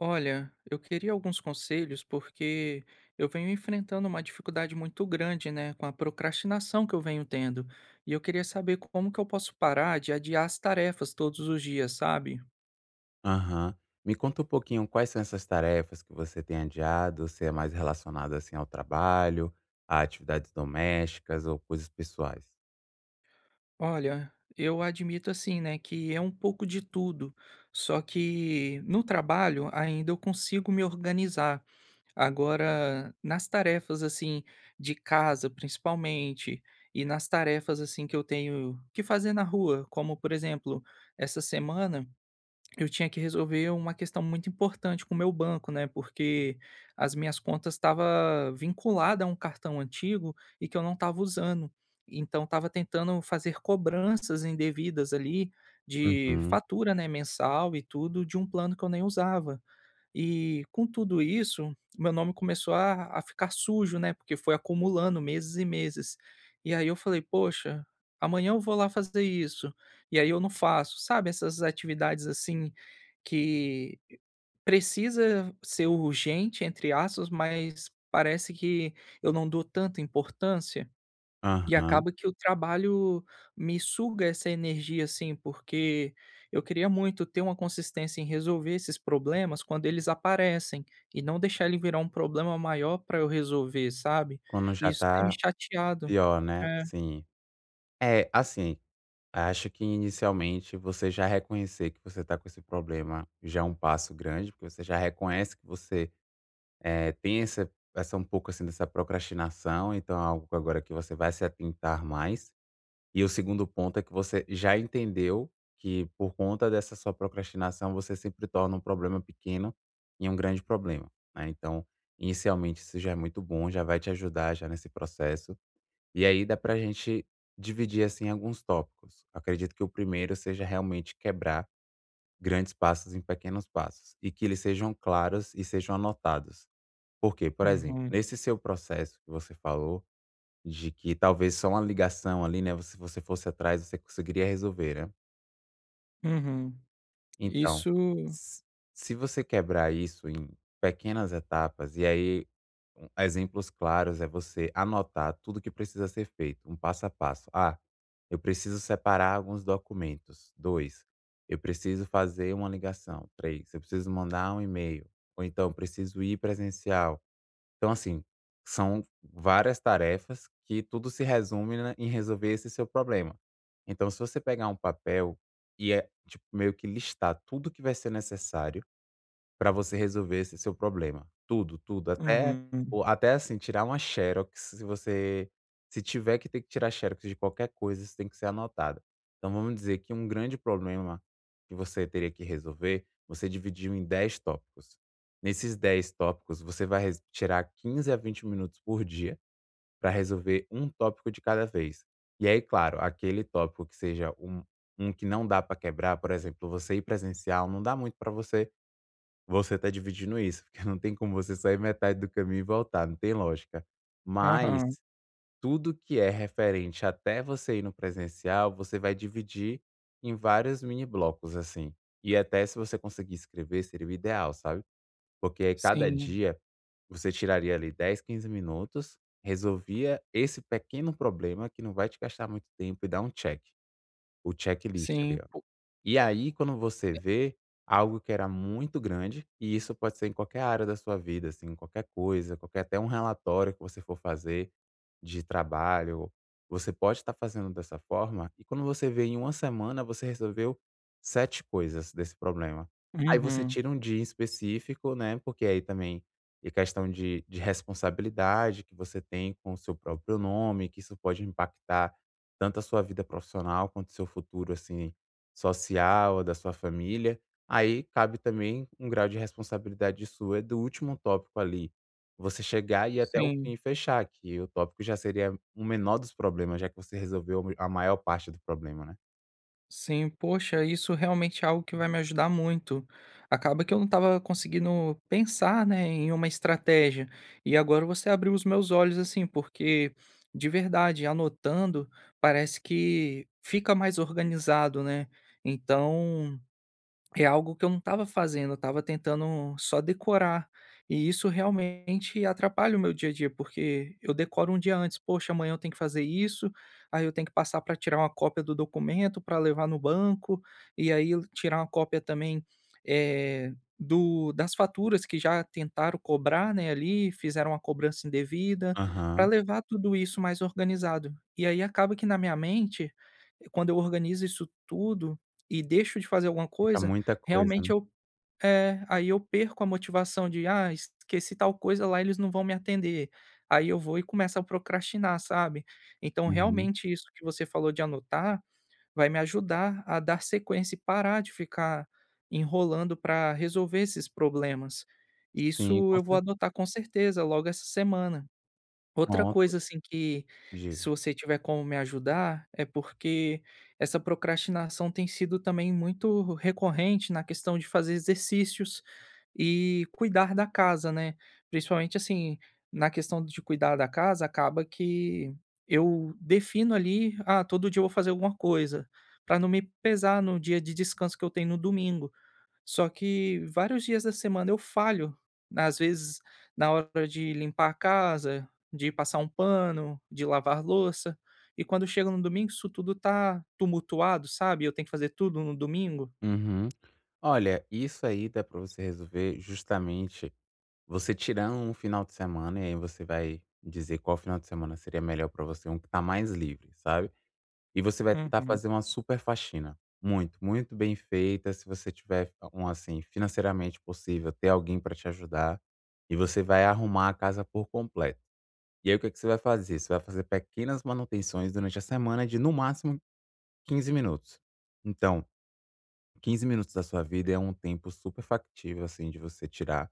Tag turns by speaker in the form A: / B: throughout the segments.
A: Olha, eu queria alguns conselhos porque eu venho enfrentando uma dificuldade muito grande, né, com a procrastinação que eu venho tendo. E eu queria saber como que eu posso parar de adiar as tarefas todos os dias, sabe?
B: Aham. Me conta um pouquinho quais são essas tarefas que você tem adiado, se é mais relacionado, assim, ao trabalho, a atividades domésticas ou coisas pessoais?
A: Olha, eu admito assim, né, que é um pouco de tudo, só que no trabalho ainda eu consigo me organizar. Agora, nas tarefas, assim, de casa principalmente, e nas tarefas, assim, que eu tenho que fazer na rua, como por exemplo, essa semana eu tinha que resolver uma questão muito importante com o meu banco, né, porque as minhas contas estava vinculada a um cartão antigo e que eu não estava usando. Então estava tentando fazer cobranças indevidas ali de
B: Uhum,
A: fatura, né, mensal e tudo de um plano que eu nem usava. E com tudo isso, meu nome começou a ficar sujo, né, porque foi acumulando meses e meses. E aí eu falei: "Poxa, amanhã eu vou lá fazer isso", e aí eu não faço. Sabe essas atividades, assim, que precisa ser urgente, entre aspas, mas parece que eu não dou tanta importância? E
B: aham.
A: acaba que o trabalho me suga essa energia, assim, porque eu queria muito ter uma consistência em resolver esses problemas quando eles aparecem e não deixar ele virar um problema maior para eu resolver, sabe?
B: Quando
A: E
B: já
A: isso tem me
B: tá
A: chateado.
B: pior, né?
A: É.
B: Sim. É, assim, acho que inicialmente você já reconhecer que você está com esse problema já é um passo grande, porque você já reconhece que você, tem essa um pouco, assim, dessa procrastinação, então é algo que agora que você vai se atentar mais. E o segundo ponto é que você já entendeu que, por conta dessa sua procrastinação, você sempre torna um problema pequeno em um grande problema, né. Então, inicialmente, isso já é muito bom, já vai te ajudar já nesse processo. E aí dá pra gente dividir, assim, alguns tópicos. Acredito que o primeiro seja realmente quebrar grandes passos em pequenos passos e que eles sejam claros e sejam anotados. Por quê? Por exemplo,
A: Uhum,
B: nesse seu processo que você falou, de que talvez só uma ligação ali, né, se você fosse atrás, você conseguiria resolver, né.
A: uhum.
B: Então,
A: Isso.
B: se se você quebrar isso em pequenas etapas, e aí um exemplos claros é você anotar tudo que precisa ser feito, um passo a passo. "Ah, eu preciso separar alguns documentos". 2, "eu preciso fazer uma ligação". 3, "eu preciso mandar um e-mail". Ou então "preciso ir presencial". Então, assim, são várias tarefas que tudo se resume na em resolver esse seu problema. Então, se você pegar um papel e é, tipo, meio que listar tudo que vai ser necessário para você resolver esse seu problema. Tudo, tudo, até
A: Uhum,
B: o até, assim, tirar uma xerox, se você se tiver que tirar xerox de qualquer coisa, isso tem que ser anotado. Então vamos dizer que um grande problema que você teria que resolver, você dividiu em 10 tópicos. Nesses 10 tópicos, você vai res tirar 15 a 20 minutos por dia para resolver um tópico de cada vez. E aí, claro, aquele tópico que seja um que não dá para quebrar, por exemplo, você ir presencial, não dá muito para você tá dividindo isso, porque não tem como você sair metade do caminho e voltar, não tem lógica. Mas
A: aham.
B: tudo que é referente até você ir no presencial, você vai dividir em vários mini blocos, assim. E até se você conseguir escrever, seria o ideal, sabe. Porque aí cada
A: Sim,
B: dia você tiraria ali 10, 15 minutos, resolvia esse pequeno problema que não vai te gastar muito tempo e dá um check, o checklist
A: sim,
B: ali.
A: po
B: E aí, quando você vê algo que era muito grande, e isso pode ser em qualquer área da sua vida, assim, qualquer coisa, qualquer até um relatório que você for fazer de trabalho, você pode estar fazendo dessa forma, e quando você vê em uma semana, você resolveu 7 coisas desse problema. Aí você
A: uhum,
B: tira um dia em específico, né, porque aí também é questão de responsabilidade que você tem com o seu próprio nome, que isso pode impactar tanto a sua vida profissional quanto o seu futuro, assim social, da sua família. Aí cabe também um grau de responsabilidade sua do último tópico ali. Você chegar e ir até o fim
A: sim.
B: e fechar, que o tópico já seria o menor dos problemas, já que você resolveu a maior parte do problema, né.
A: Sim, poxa, isso realmente é algo que vai me ajudar muito. Acaba que eu não estava conseguindo pensar, né, em uma estratégia. E agora você abriu os meus olhos, assim, porque de verdade, anotando, parece que fica mais organizado, né? Então, é algo que eu não estava fazendo, eu estava tentando só decorar, e isso realmente atrapalha o meu dia a dia, porque eu decoro um dia antes: "Poxa, amanhã eu tenho que fazer isso, aí eu tenho que passar para tirar uma cópia do documento para levar no banco, e aí eu tirar uma cópia também, eh, do das faturas que já tentaram cobrar, né, ali, fizeram uma cobrança indevida", para
B: Aham.
A: levar tudo isso mais organizado. E aí acaba que na minha mente, quando eu organizo isso tudo e deixo de fazer alguma
B: Fica
A: coisa,
B: muita coisa, né.
A: realmente eu é, aí eu perco a motivação de: "Ah, esqueci tal coisa lá, eles não vão me atender". Aí eu vou e começo a procrastinar, sabe. Então
B: Uhum.
A: realmente isso que você falou de anotar, vai me ajudar a dar sequência e parar de ficar enrolando para resolver esses problemas.
B: Sim,
A: Isso
B: com
A: eu vou
B: cer
A: adotar com certeza logo essa semana. Outra
B: pronto.
A: coisa, assim, que se
B: Diga.
A: você tiver como me ajudar, é porque essa procrastinação tem sido também muito recorrente na questão de fazer exercícios e cuidar da casa, né. Principalmente, assim, na questão de cuidar da casa, acaba que eu defino ali: "Ah, todo dia eu vou fazer alguma coisa", para não me pesar no dia de descanso que eu tenho no domingo. Só que vários dias da semana eu falho. Às vezes, na hora de limpar a casa, de passar um pano, de lavar louça. E quando chega no domingo, isso tudo tá tumultuado, sabe? Eu tenho que fazer tudo no domingo.
B: Uhum. Olha, isso aí dá para você resolver justamente você tirando um final de semana, e aí você vai dizer qual final de semana seria melhor para você, um que tá mais livre, sabe. E você vai tentar
A: Uhum,
B: fazer uma super faxina. Muito, muito bem feita, se você tiver um, assim, financeiramente possível, ter alguém para te ajudar, e você vai arrumar a casa por completo. E aí, o que que você vai fazer? Você vai fazer pequenas manutenções durante a semana de, no máximo, 15 minutos. Então, 15 minutos da sua vida é um tempo super factível, assim, de você tirar,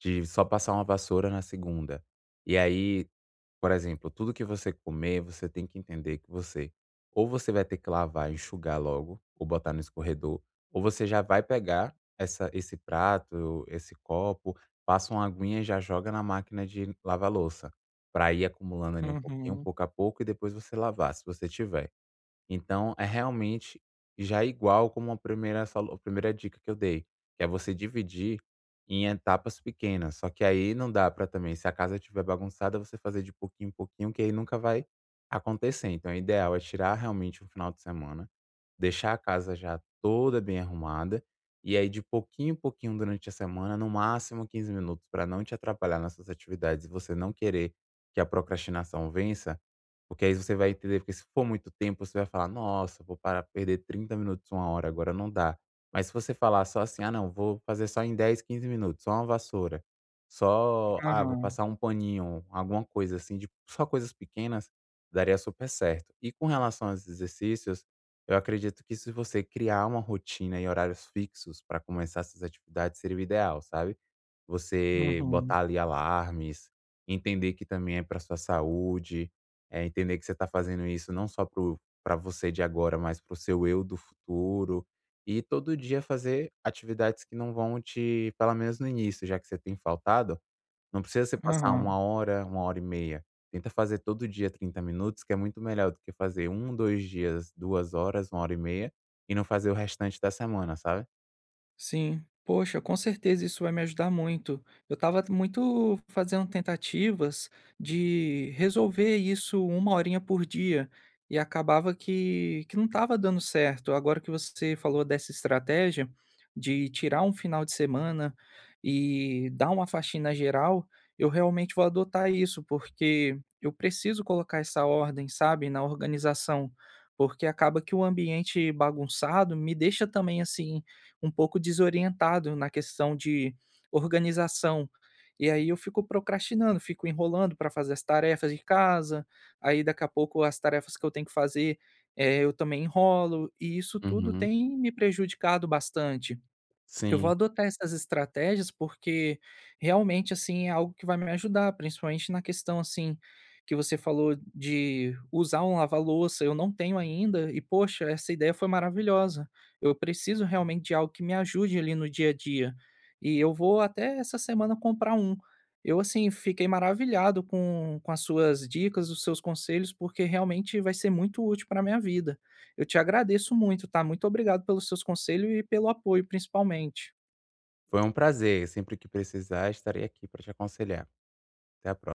B: de só passar uma vassoura na segunda. E aí por exemplo, tudo que você comer, você tem que entender que você ou você vai ter que lavar, enxugar logo, ou botar no escorredor, ou você já vai pegar essa, esse prato, esse copo, passa uma aguinha e já joga na máquina de lavar louça, para ir acumulando ali um pouquinho,
A: uhum,
B: pouco a pouco, e depois você lavar, se você tiver. Então, é realmente já igual como a primeira solu a primeira dica que eu dei, que é você dividir em etapas pequenas, só que aí não dá para também se a casa estiver bagunçada, você fazer de pouquinho em pouquinho, que aí nunca vai acontecer. Então, o ideal é tirar realmente um final de semana, deixar a casa já toda bem arrumada, e aí de pouquinho em pouquinho durante a semana, no máximo 15 minutos, para não te atrapalhar nas suas atividades e você não querer que a procrastinação vença porque aí você vai entender, porque se for muito tempo, você vai falar: "Nossa, vou parar perder 30 minutos, uma hora, agora não dá". Mas se você falar só assim: "Ah, não, vou fazer só em 10, 15 minutos, só uma vassoura, só ah, vou
A: aham,
B: passar um paninho", alguma coisa assim de só coisas pequenas, daria super certo. E com relação aos exercícios, eu acredito que se você criar uma rotina e horários fixos para começar essas atividades, seria o ideal, sabe? Você
A: uhum,
B: botar ali alarmes, entender que também é para sua saúde, entender que você está fazendo isso não só para você de agora, mas para o seu eu do futuro. E todo dia fazer atividades que não vão te pelo menos no início, já que você tem faltado, não precisa você passar
A: aham.
B: uma hora e meia. Tenta fazer todo dia 30 minutos, que é muito melhor do que fazer um 2 dias, 2 horas, uma hora e meia, e não fazer o restante da semana, sabe?
A: Sim. Poxa, com certeza isso vai me ajudar muito. Eu estava muito fazendo tentativas de resolver isso uma horinha por dia e acabava que não estava dando certo. Agora que você falou dessa estratégia de tirar um final de semana e dar uma faxina geral, eu realmente vou adotar isso, porque eu preciso colocar essa ordem, sabe, na organização, porque acaba que o ambiente bagunçado me deixa também, assim, um pouco desorientado na questão de organização. E aí eu fico procrastinando, fico enrolando para fazer as tarefas de casa, aí daqui a pouco as tarefas que eu tenho que fazer, eu também enrolo, e isso tudo
B: Uhum.
A: tem me prejudicado bastante. Eu vou
B: Sim.
A: adotar essas estratégias, porque realmente, assim, é algo que vai me ajudar, principalmente na questão, assim, que você falou de usar um lava-louça, eu não tenho ainda e, poxa, essa ideia foi maravilhosa. Eu preciso realmente de algo que me ajude ali no dia a dia. E eu vou até essa semana comprar um. Eu, assim, fiquei maravilhado com as suas dicas, os seus conselhos, porque realmente vai ser muito útil para minha vida. Eu te agradeço muito, tá? Muito obrigado pelos seus conselhos e pelo apoio, principalmente.
B: Foi um prazer, sempre que precisar estarei aqui para te aconselhar. Até a próxima.